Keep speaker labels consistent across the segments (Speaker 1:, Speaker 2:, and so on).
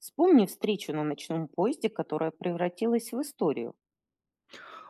Speaker 1: Вспомни встречу на ночном поезде, которая превратилась в историю.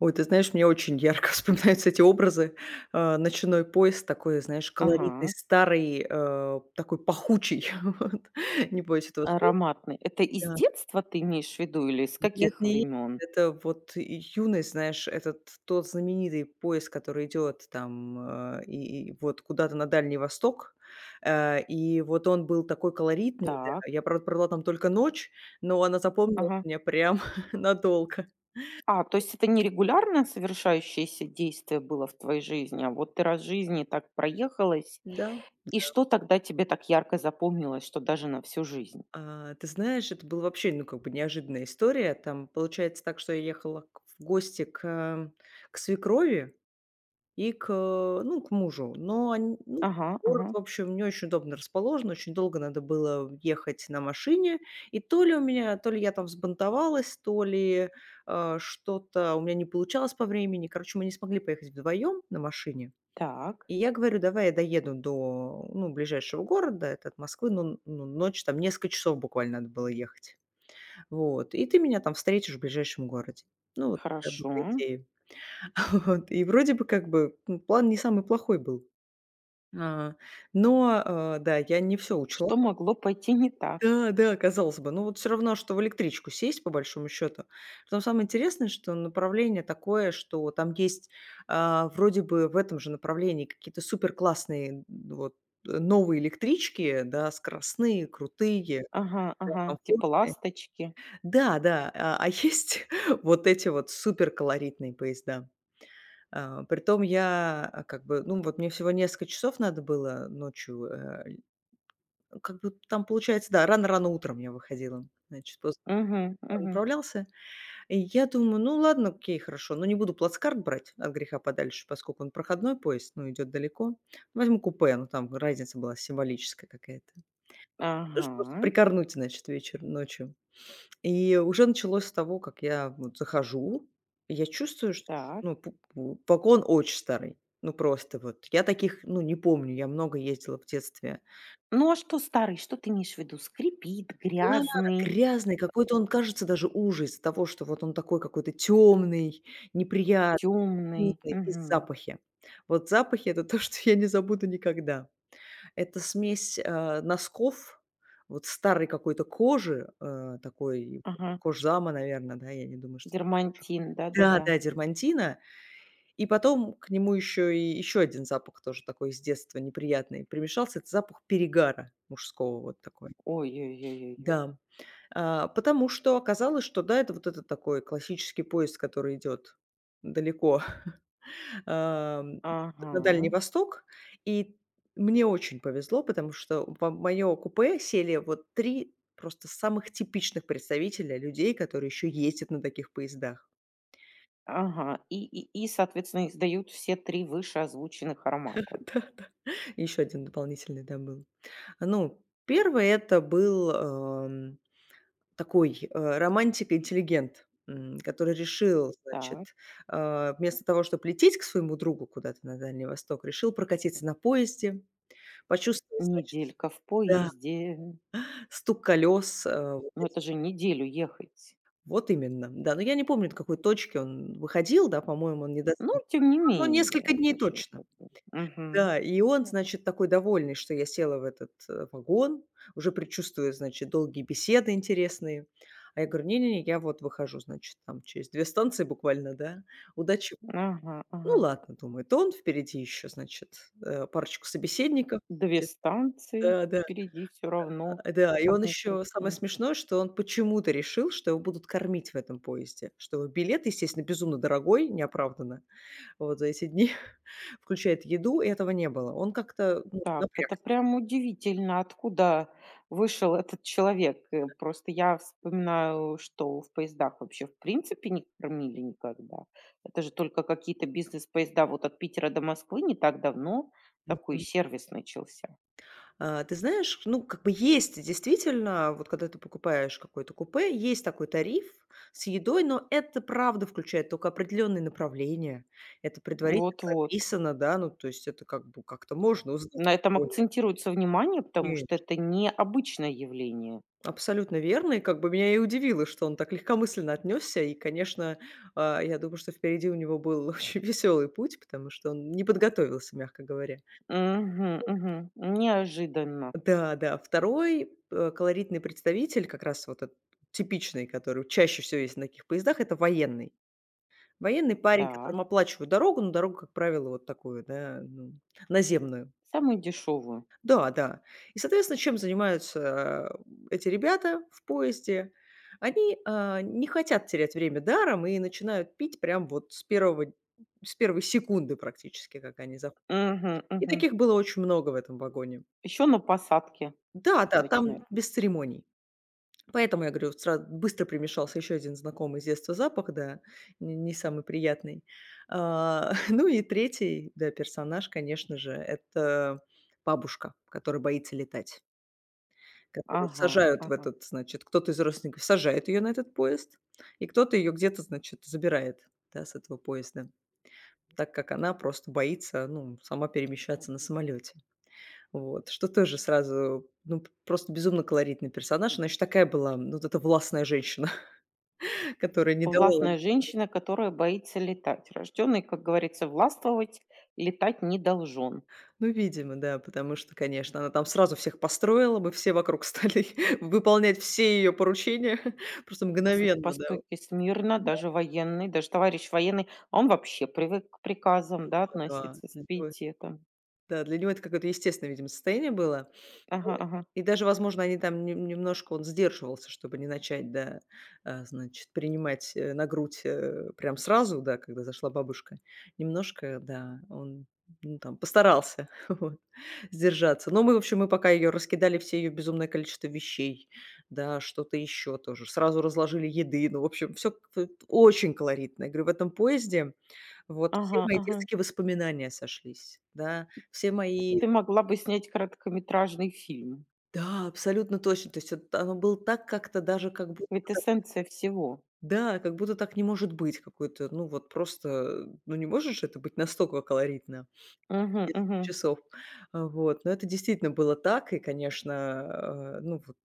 Speaker 2: Ой, ты знаешь, мне очень ярко вспоминаются эти образы. Ночной поезд такой, знаешь, колоритный,
Speaker 1: Ага,
Speaker 2: старый, такой пахучий. Вот. Не боюсь этого слова.
Speaker 1: ароматный. Это из
Speaker 2: Да.
Speaker 1: детства ты имеешь в виду или с
Speaker 2: Нет,
Speaker 1: каких
Speaker 2: нет,
Speaker 1: времен?
Speaker 2: это вот юность, знаешь, этот тот знаменитый поезд, который идет там и вот куда-то на Дальний Восток. И вот он был такой колоритный. Да.
Speaker 1: Так,
Speaker 2: Я, правда, провела там только ночь, но она запомнилась
Speaker 1: ага.
Speaker 2: мне прям надолго.
Speaker 1: А, то есть это не регулярно совершающееся действие было в твоей жизни, а вот ты раз в жизни так проехалась,
Speaker 2: Да.
Speaker 1: и что тогда тебе так ярко запомнилось, что даже на всю жизнь?
Speaker 2: Ты знаешь, это была вообще, ну, как бы неожиданная история. Там получается так, что я ехала в гости к, к свекрови и к, ну, к мужу. Но ну,
Speaker 1: Ага,
Speaker 2: город,
Speaker 1: ага,
Speaker 2: в общем, не очень удобно расположен. Очень долго надо было ехать на машине. И то ли у меня, то ли я там взбунтовалась, то ли что-то у меня не получалось по времени. Короче, мы не смогли поехать вдвоем на машине.
Speaker 1: так,
Speaker 2: И я говорю: "Давай я доеду до, ну, ближайшего города, это от Москвы, ну, ночь, там несколько часов буквально надо было ехать. Вот, и ты меня там встретишь в ближайшем городе". Ну, вот такая была
Speaker 1: хорошо.
Speaker 2: идея. Вот, и вроде бы как бы, ну, план не самый плохой был. А, но, да, я не все учла.
Speaker 1: Что могло пойти не так?
Speaker 2: Да, да, казалось бы. Ну, вот все равно, что в электричку сесть, по большому счёту. Но самое интересное, что направление такое, что там есть, вроде бы в этом же направлении какие-то супер классные вот, новые электрички, да, скоростные, крутые,
Speaker 1: Ага,
Speaker 2: да,
Speaker 1: ага, типа
Speaker 2: комфортные.
Speaker 1: ласточки.
Speaker 2: Да, да, а есть вот эти вот супер колоритные поезда. Притом я, как бы, ну, вот мне всего несколько часов надо было ночью, как бы там получается, да, рано-рано утром я выходила. Значит,
Speaker 1: Угу, угу.
Speaker 2: отправлялся. И я думаю: "Ну ладно, окей, хорошо, но не буду плацкарт брать от греха подальше, поскольку он проходной поезд, ну идет далеко. Возьму купе". Ну, там разница была символическая какая-то. Тоже просто
Speaker 1: Ага.
Speaker 2: прикорнуть, значит, вечер ночью. И уже началось с того, как я вот захожу, и я чувствую, что, ш
Speaker 1: Так.
Speaker 2: ну, п п вагон очень старый. Ну, просто вот. Я таких, ну, не помню, я много ездила в детстве.
Speaker 1: Ну, а что старый? Что ты имеешь в виду? Скрипит,
Speaker 2: Да,
Speaker 1: грязный,
Speaker 2: грязный, какой-то он кажется даже уже из-за того, что вот он такой какой-то темный, неприятный.
Speaker 1: темный.
Speaker 2: Вкусный и
Speaker 1: Мгм.
Speaker 2: запахи. Вот запахи- это то, что я не забуду никогда. Это смесь, носков, вот старой какой-то кожи, такой
Speaker 1: Ага.
Speaker 2: кожзама, наверное, да, я не думаю, что.
Speaker 1: Дермантин,
Speaker 2: Да,
Speaker 1: да-да-да.
Speaker 2: да, дермантина. И потом к нему еще и еще один запах тоже такой с детства неприятный примешался. Это запах перегара мужского вот такой.
Speaker 1: Ой-ой-ой-ой-ой.
Speaker 2: Да. Потому что оказалось, что да, это вот этот такой классический поезд, который идет далеко ам,
Speaker 1: Ага.
Speaker 2: на Дальний Восток. И мне очень повезло, потому что в моё купе сели вот 3 просто самых типичных представителя людей, которые еще ездят на таких поездах.
Speaker 1: Ага. И, соответственно, издают все три вышеозвученных аромата.
Speaker 2: Да-да. Еще один дополнительный, да, был. Ну, первый это был, такой, романтик-интеллигент, который решил,
Speaker 1: Так.
Speaker 2: значит, вместо того, чтобы лететь к своему другу куда-то на Дальний Восток, решил прокатиться на поезде, почувствовать, значит.
Speaker 1: Неделька в
Speaker 2: Да.
Speaker 1: поезде.
Speaker 2: Стук колес, вот
Speaker 1: Ну,
Speaker 2: эти
Speaker 1: это же неделю ехать.
Speaker 2: вот именно, да. Но я не помню, до какой точки он выходил, да, по-моему, он не до
Speaker 1: Ну,
Speaker 2: самого,
Speaker 1: тем не
Speaker 2: но
Speaker 1: менее,
Speaker 2: несколько дней
Speaker 1: это же
Speaker 2: точно.
Speaker 1: как бы. Мгм.
Speaker 2: Да, и он, значит, такой довольный, что я села в этот, вагон, уже предчувствуя, значит, долгие беседы интересные. А я говорю: "Не-не-не, я вот выхожу, значит, там через 2 станции буквально, да. Удачи".
Speaker 1: Ага,
Speaker 2: Ну
Speaker 1: ага.
Speaker 2: ладно, думаю то он, впереди еще, значит, парочку собеседников
Speaker 1: Две
Speaker 2: будет.
Speaker 1: станции
Speaker 2: Да-да.
Speaker 1: впереди все равно,
Speaker 2: Да, и
Speaker 1: как
Speaker 2: он
Speaker 1: ни
Speaker 2: еще самое
Speaker 1: крути.
Speaker 2: смешное, что он почему-то решил, что его будут кормить в этом поезде, что билет, естественно, безумно дорогой, неоправданно, вот за эти дни, включает еду, и этого не было. Он как-то, ну,
Speaker 1: Так, это
Speaker 2: напрягся.
Speaker 1: прям удивительно, откуда вышел этот человек. Просто я вспоминаю, что в поездах вообще в принципе не кормили никогда. Это же только какие-то бизнес-поезда вот от Питера до Москвы не так давно такой
Speaker 2: Мгм.
Speaker 1: сервис начался.
Speaker 2: Ты знаешь, ну, как бы есть действительно, вот когда ты покупаешь какое-то купе, есть такой тариф с едой, но это правда включает только определенные направления. Это предварительно
Speaker 1: Вот-вот.
Speaker 2: прописано, да, ну, то есть это как бы как-то можно узнать
Speaker 1: На этом акцентируется внимание, потому
Speaker 2: более.
Speaker 1: что это необычное явление.
Speaker 2: Абсолютно верно. И как бы меня и удивило, что он так легкомысленно отнесся. И, конечно, я думаю, что впереди у него был очень веселый путь, потому что он не подготовился, мягко говоря.
Speaker 1: Мгм, мгм. Неожиданно.
Speaker 2: Да, да. Второй колоритный представитель, как раз вот этот типичный, который чаще всего есть на таких поездах, это военный. Военный парень,
Speaker 1: Так,
Speaker 2: которому оплачивают дорогу, но дорогу, как правило, вот такую, да, ну, наземную.
Speaker 1: самую дешевую.
Speaker 2: Да, да. И, соответственно, чем занимаются эти ребята в поезде? Они не хотят терять время даром и начинают пить прям вот с первой секунды практически, как они заходят. И таких было очень много в этом вагоне.
Speaker 1: Еще на посадке
Speaker 2: Да, да,
Speaker 1: начинают.
Speaker 2: там без церемоний. Поэтому, я говорю, сразу быстро примешался еще один знакомый с детства запах, да, не самый приятный. Ну и третий, да, персонаж, конечно же, это бабушка, которая боится летать. Которую
Speaker 1: Ага,
Speaker 2: сажают в
Speaker 1: ага.
Speaker 2: этот, значит, кто-то из родственников сажает ее на этот поезд, и кто-то ее где-то, значит, забирает, да, с этого поезда, так как она просто боится, ну, сама перемещаться на самолете. Вот, что тоже сразу, ну, п просто безумно колоритный персонаж. Она еще такая была, ну, вот эта властная женщина, которая не давала.
Speaker 1: Властная женщина, которая боится летать. Рожденный, как говорится, властвовать, летать не должен.
Speaker 2: Ну, видимо, да, потому что, конечно, она там сразу всех построила, мы все вокруг стали выполнять все ее поручения просто мгновенно, да. Вот.
Speaker 1: Постойте смирно, даже военный, даже товарищ военный, а он вообще привык к приказам, да,
Speaker 2: Да,
Speaker 1: относиться с
Speaker 2: да.
Speaker 1: пиететом.
Speaker 2: Да, для него это какое-то естественное, видимо, состояние было. Ну,
Speaker 1: Ага, ага,
Speaker 2: и даже, возможно, они там немножко он сдерживался, чтобы не начать, да, значит, принимать, на грудь, прям сразу, да, когда зашла бабушка. Немножко, да, он, ну, там постарался, вот, сдержаться. Но мы, в общем, мы пока ее раскидали, все ее безумное количество вещей, да, что-то еще тоже. Сразу разложили еды. Ну, в общем, все очень колоритно. Я говорю, в этом поезде вот все
Speaker 1: ага,
Speaker 2: мои
Speaker 1: ага.
Speaker 2: детские воспоминания сошлись, да, все мои.
Speaker 1: Ты могла бы снять короткометражный фильм.
Speaker 2: Да, абсолютно точно. То есть это оно было так как-то даже как будто бы
Speaker 1: Ведь
Speaker 2: так,
Speaker 1: эссенция всего.
Speaker 2: да, как будто так не может быть какой-то, ну вот просто, ну не может же это быть настолько колоритно,
Speaker 1: Угу,
Speaker 2: несколько
Speaker 1: угу.
Speaker 2: часов. Вот, но это действительно было так, и, конечно, ну вот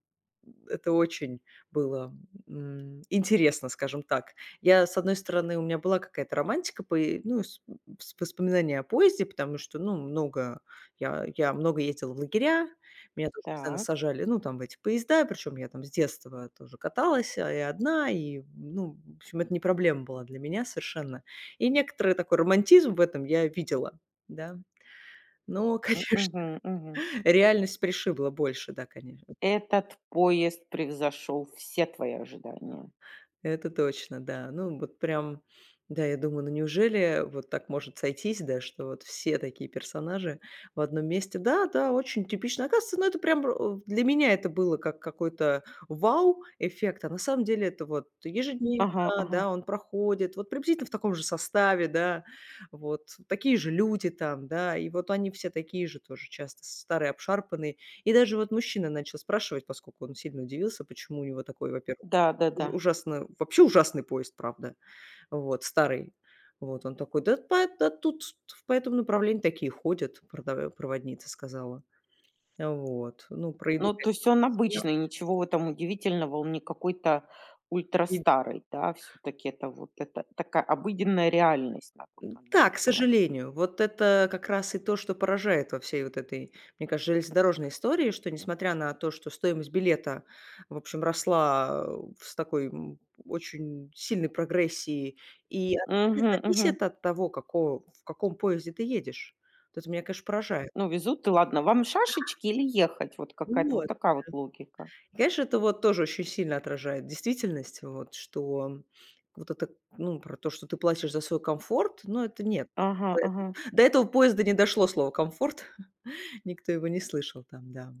Speaker 2: это очень было, интересно, скажем так. Я, с одной стороны, у меня была какая-то романтика, пое ну, с воспоминания о поезде, потому что, ну, много я много ездила в лагеря, меня тоже постоянно
Speaker 1: Так.
Speaker 2: сажали, ну, там, в эти поезда, причем я там с детства тоже каталась, и одна, и, ну, в общем, это не проблема была для меня совершенно. И некоторый такой романтизм в этом я видела, да. Но, конечно,
Speaker 1: Угу, угу.
Speaker 2: реальность пришибла больше, да, конечно.
Speaker 1: Этот поезд превзошел все твои ожидания.
Speaker 2: Это точно, да. Ну, вот прям, да, я думаю, ну неужели вот так может сойтись, да, что вот все такие персонажи в одном месте. Да, да, очень типично. Оказывается, ну это прям для меня это было как какой-то вау-эффект, а на самом деле это вот
Speaker 1: Ага,
Speaker 2: ежедневно,
Speaker 1: ага.
Speaker 2: да, он проходит, вот приблизительно в таком же составе, да, вот такие же люди там, да, и вот они все такие же тоже часто, старые, обшарпанные. И даже вот мужчина начал спрашивать, поскольку он сильно удивился, почему у него такой, во-первых,
Speaker 1: Да, да,
Speaker 2: Уж
Speaker 1: да.
Speaker 2: ужасно, вообще ужасный поезд, правда, вот, старый. Вот он такой: "Да по да тут в по этому направлению такие ходят", — продава проводница сказала. Вот, ну, про еду,
Speaker 1: Ну, то есть он
Speaker 2: конечно.
Speaker 1: обычный, ничего в этом удивительного, он не какой-то ультрастарый, да, все таки это вот это такая обыденная реальность на тот момент
Speaker 2: Да, к
Speaker 1: была.
Speaker 2: сожалению, вот это как раз и то, что поражает во всей вот этой, мне кажется, железнодорожной истории, что несмотря на то, что стоимость билета, в общем, росла с такой очень сильной прогрессией, и она не
Speaker 1: Мгм, мгм.
Speaker 2: зависит от того, какого, в каком поезде ты едешь. Вот это меня, конечно, поражает.
Speaker 1: Ну, везут, и ладно. Вам шашечки или ехать? Вот какая-то вот
Speaker 2: Вот.
Speaker 1: такая вот логика.
Speaker 2: И, конечно, это вот тоже очень сильно отражает действительность, вот, что вот это, ну, про то, что ты платишь за свой комфорт, но это нет.
Speaker 1: Ага, ага.
Speaker 2: Поэтому до этого поезда не дошло слово комфорт. Никто его не слышал там, да.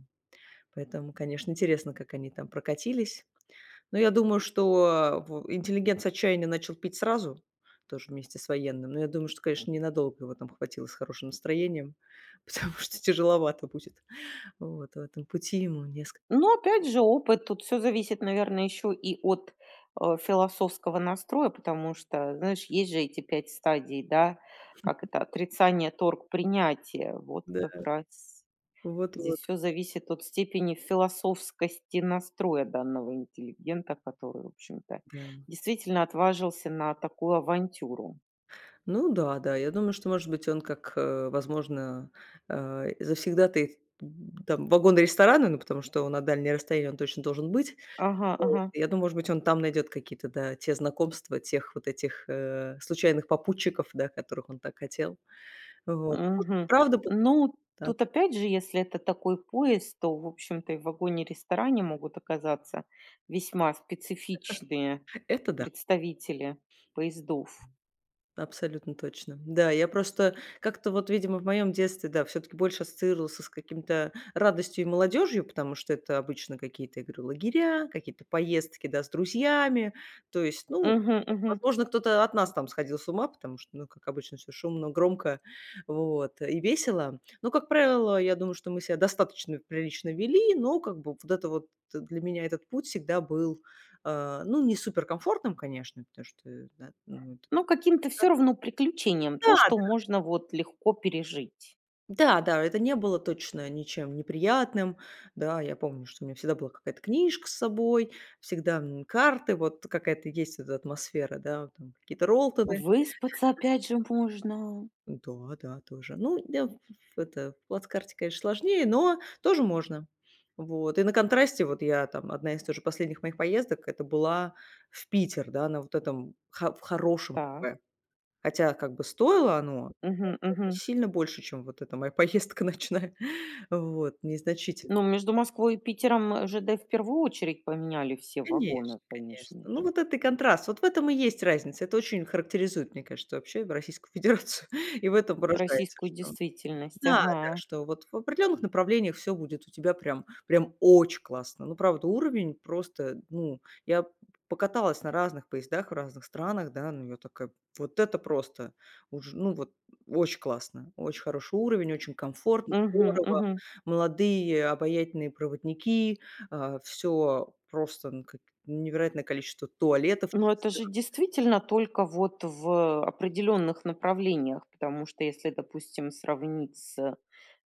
Speaker 2: Поэтому, конечно, интересно, как они там прокатились. Но я думаю, что э, в интеллигент с отчаяния начал пить сразу, тоже вместе с военным. Но я думаю, что, конечно, ненадолго его там хватило с хорошим настроением, потому что тяжеловато будет. Вот, в этом пути ему несколько.
Speaker 1: Ну, опять же, опыт. Тут все зависит, наверное, еще и от, философского настроя, потому что, знаешь, есть же эти 5 стадий, да, как это: отрицание, торг, принятие. Вот
Speaker 2: Да,
Speaker 1: как раз здесь
Speaker 2: вот-вот.
Speaker 1: все зависит от степени философскости настроя данного интеллигента, который, в общем-то,
Speaker 2: Да.
Speaker 1: действительно отважился на такую авантюру.
Speaker 2: Ну да, да, я думаю, что, может быть, он как, возможно, завсегдатый, там, вагона ресторана, ну, потому что он на дальнее расстояние, он точно должен быть.
Speaker 1: Ага, ага.
Speaker 2: Я думаю, может быть, он там найдет какие-то, да, те знакомства, тех вот этих, случайных попутчиков, да, которых он так хотел. Вот. Может быть,
Speaker 1: Мгм.
Speaker 2: правда, по
Speaker 1: Ну,
Speaker 2: да,
Speaker 1: тут опять же, если это такой поезд, то, в общем-то, и в вагоне-ресторане могут оказаться весьма специфичные
Speaker 2: это да.
Speaker 1: представители поездов.
Speaker 2: Абсолютно точно. Да, я просто как-то вот, видимо, в моем детстве, да, все-таки больше ассоциировался с каким-то радостью и молодежью, потому что это обычно какие-то, я говорю, лагеря, какие-то поездки, да, с друзьями. То есть, ну,
Speaker 1: Мгм, мгм.
Speaker 2: возможно, кто-то от нас там сходил с ума, потому что, ну, как обычно, все шумно, громко, вот, и весело. Но, как правило, я думаю, что мы себя достаточно прилично вели, но как бы вот это вот для меня этот путь всегда был, ну, не суперкомфортным, конечно, потому что, да, ну,
Speaker 1: Ну, каким-то все равно приключением, то, что
Speaker 2: это-
Speaker 1: можно вот легко пережить.
Speaker 2: Да, да, это не было точно ничем неприятным. Да, я помню, что у меня всегда была какая-то книжка с собой, всегда карты, вот какая-то есть эта атмосфера, да, там какие-то Ролтоны.
Speaker 1: Выспаться опять же можно.
Speaker 2: Да, да, тоже. Ну, да, в это, в плацкарте, конечно, сложнее, но тоже можно. Вот. И на контрасте, вот я там, одна из тоже последних моих поездок, это была в Питер, да, на вот этом в хорошем
Speaker 1: Так.
Speaker 2: купе. Хотя как бы стоило оно
Speaker 1: Мгм, мгм.
Speaker 2: сильно больше, чем вот эта моя поездка ночная. Вот, незначительно.
Speaker 1: Ну, между Москвой и Питером ЖД в первую очередь поменяли все вагоны,
Speaker 2: Конечно, конечно.
Speaker 1: конечно
Speaker 2: Ну,
Speaker 1: же.
Speaker 2: вот это и контраст. Вот в этом и есть разница. Это очень характеризует, мне кажется, вообще Российскую Федерацию. И в этом выражается,
Speaker 1: Российскую
Speaker 2: что.
Speaker 1: действительность,
Speaker 2: Да, да,
Speaker 1: ага.
Speaker 2: что вот в определенных направлениях все будет у тебя прям очень классно. Ну, правда, уровень просто, ну, я покаталась на разных поездах в разных странах, да, ну, я такая: "Вот это просто уж, ну, вот очень классно, очень хороший уровень, очень комфортно,
Speaker 1: Мгм,
Speaker 2: здорово,
Speaker 1: мгм.
Speaker 2: молодые обаятельные проводники, все просто, ну, как невероятное количество туалетов
Speaker 1: Но это же
Speaker 2: чистых".
Speaker 1: действительно только вот в определенных направлениях, потому что если, допустим, сравнить с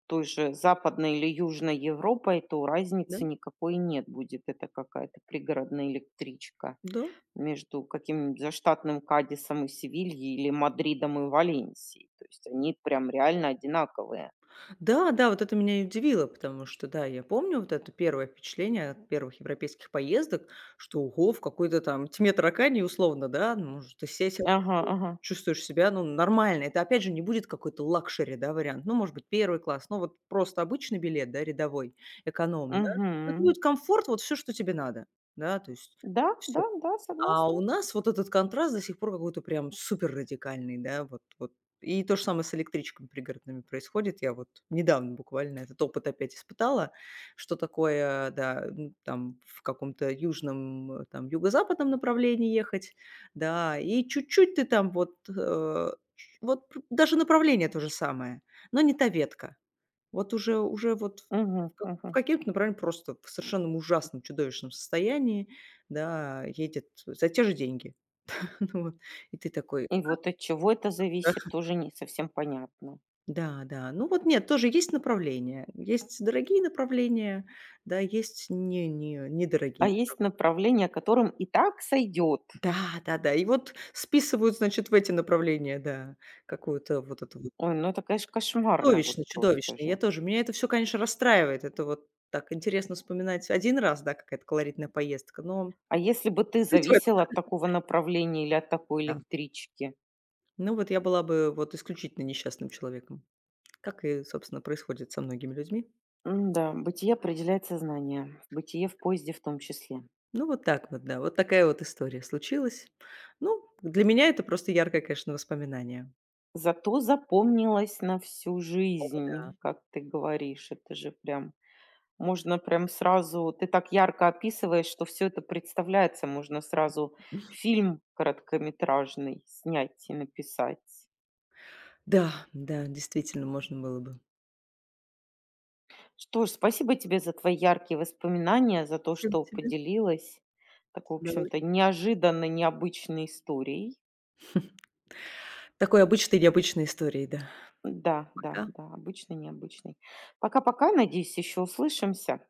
Speaker 1: той же Западной или Южной Европой, то
Speaker 2: Да,
Speaker 1: разницы никакой нет будет. Это какая-то пригородная электричка.
Speaker 2: да.
Speaker 1: Между каким-нибудь заштатным Кадисом и Севильей или Мадридом и Валенсией. То есть они прям реально одинаковые.
Speaker 2: Да, да, вот это меня и удивило, потому что, да, я помню вот это первое впечатление от первых европейских поездок, что ого, в какой-то там тьме таракани, условно, да, ну, может, ты сесть,
Speaker 1: Ага, ага.
Speaker 2: чувствуешь себя, ну, нормально. Это, опять же, не будет какой-то лакшери, да, вариант. Ну, может быть, первый класс, ну, вот просто обычный билет, да, рядовой, эконом, да. Это
Speaker 1: Мгм.
Speaker 2: будет комфорт, вот все, что тебе надо, да, то есть
Speaker 1: Да, да, да,
Speaker 2: а
Speaker 1: согласна.
Speaker 2: у нас вот этот контраст до сих пор какой-то прям супер радикальный, да, вот. И то же самое с электричками пригородными происходит. Я вот недавно буквально этот опыт опять испытала, что такое, да, там в каком-то южном, там юго-западном направлении ехать, да, и чуть-чуть ты там вот, вот даже направление то же самое, но не та ветка. Вот уже вот
Speaker 1: Мгм,
Speaker 2: в
Speaker 1: мгм.
Speaker 2: каким-то, например, просто в совершенно ужасном, чудовищном состоянии, да, едет за те же деньги. Ну вот. И ты такой:
Speaker 1: И вот от чего это зависит, тоже не совсем понятно.
Speaker 2: "Да, да". Ну вот нет, тоже есть направления. Есть дорогие направления, да, есть не не
Speaker 1: А
Speaker 2: недорогие.
Speaker 1: есть направление, которым и так сойдет.
Speaker 2: Да, да-да. И вот списывают, значит, в эти направления, да, какую-то вот эту вот.
Speaker 1: Ой, ну это, конечно, кошмарно вот
Speaker 2: Чудовищно,
Speaker 1: просто
Speaker 2: чудовищно.
Speaker 1: же.
Speaker 2: Я тоже меня это все, конечно, расстраивает. Это вот так интересно вспоминать один раз, да, какая-то колоритная поездка, но
Speaker 1: А если бы ты
Speaker 2: жить в.
Speaker 1: зависела от такого направления или от такой
Speaker 2: Да.
Speaker 1: электрички?
Speaker 2: Ну вот я была бы вот исключительно несчастным человеком, как и, собственно, происходит со многими людьми.
Speaker 1: Да, бытие определяет сознание. Бытие в поезде в том числе.
Speaker 2: Ну вот так вот, да, вот такая вот история случилась. Ну, для меня это просто яркое, конечно, воспоминание.
Speaker 1: Зато запомнилось на всю
Speaker 2: О да.
Speaker 1: жизнь, как ты говоришь. Это же прям можно прям сразу ты так ярко описываешь, что все это представляется. Можно сразу фильм короткометражный снять и написать.
Speaker 2: Да, да, действительно, можно было бы.
Speaker 1: Что ж, спасибо тебе за твои яркие воспоминания, за то,
Speaker 2: Спасибо
Speaker 1: что
Speaker 2: тебе.
Speaker 1: поделилась такой, в
Speaker 2: С
Speaker 1: общем-то,
Speaker 2: удовольствием.
Speaker 1: неожиданно необычной историей.
Speaker 2: Такой обычной необычной историей, да.
Speaker 1: Да, да,
Speaker 2: Пока.
Speaker 1: да, обычной, необычной. Пока-пока. Надеюсь, еще услышимся.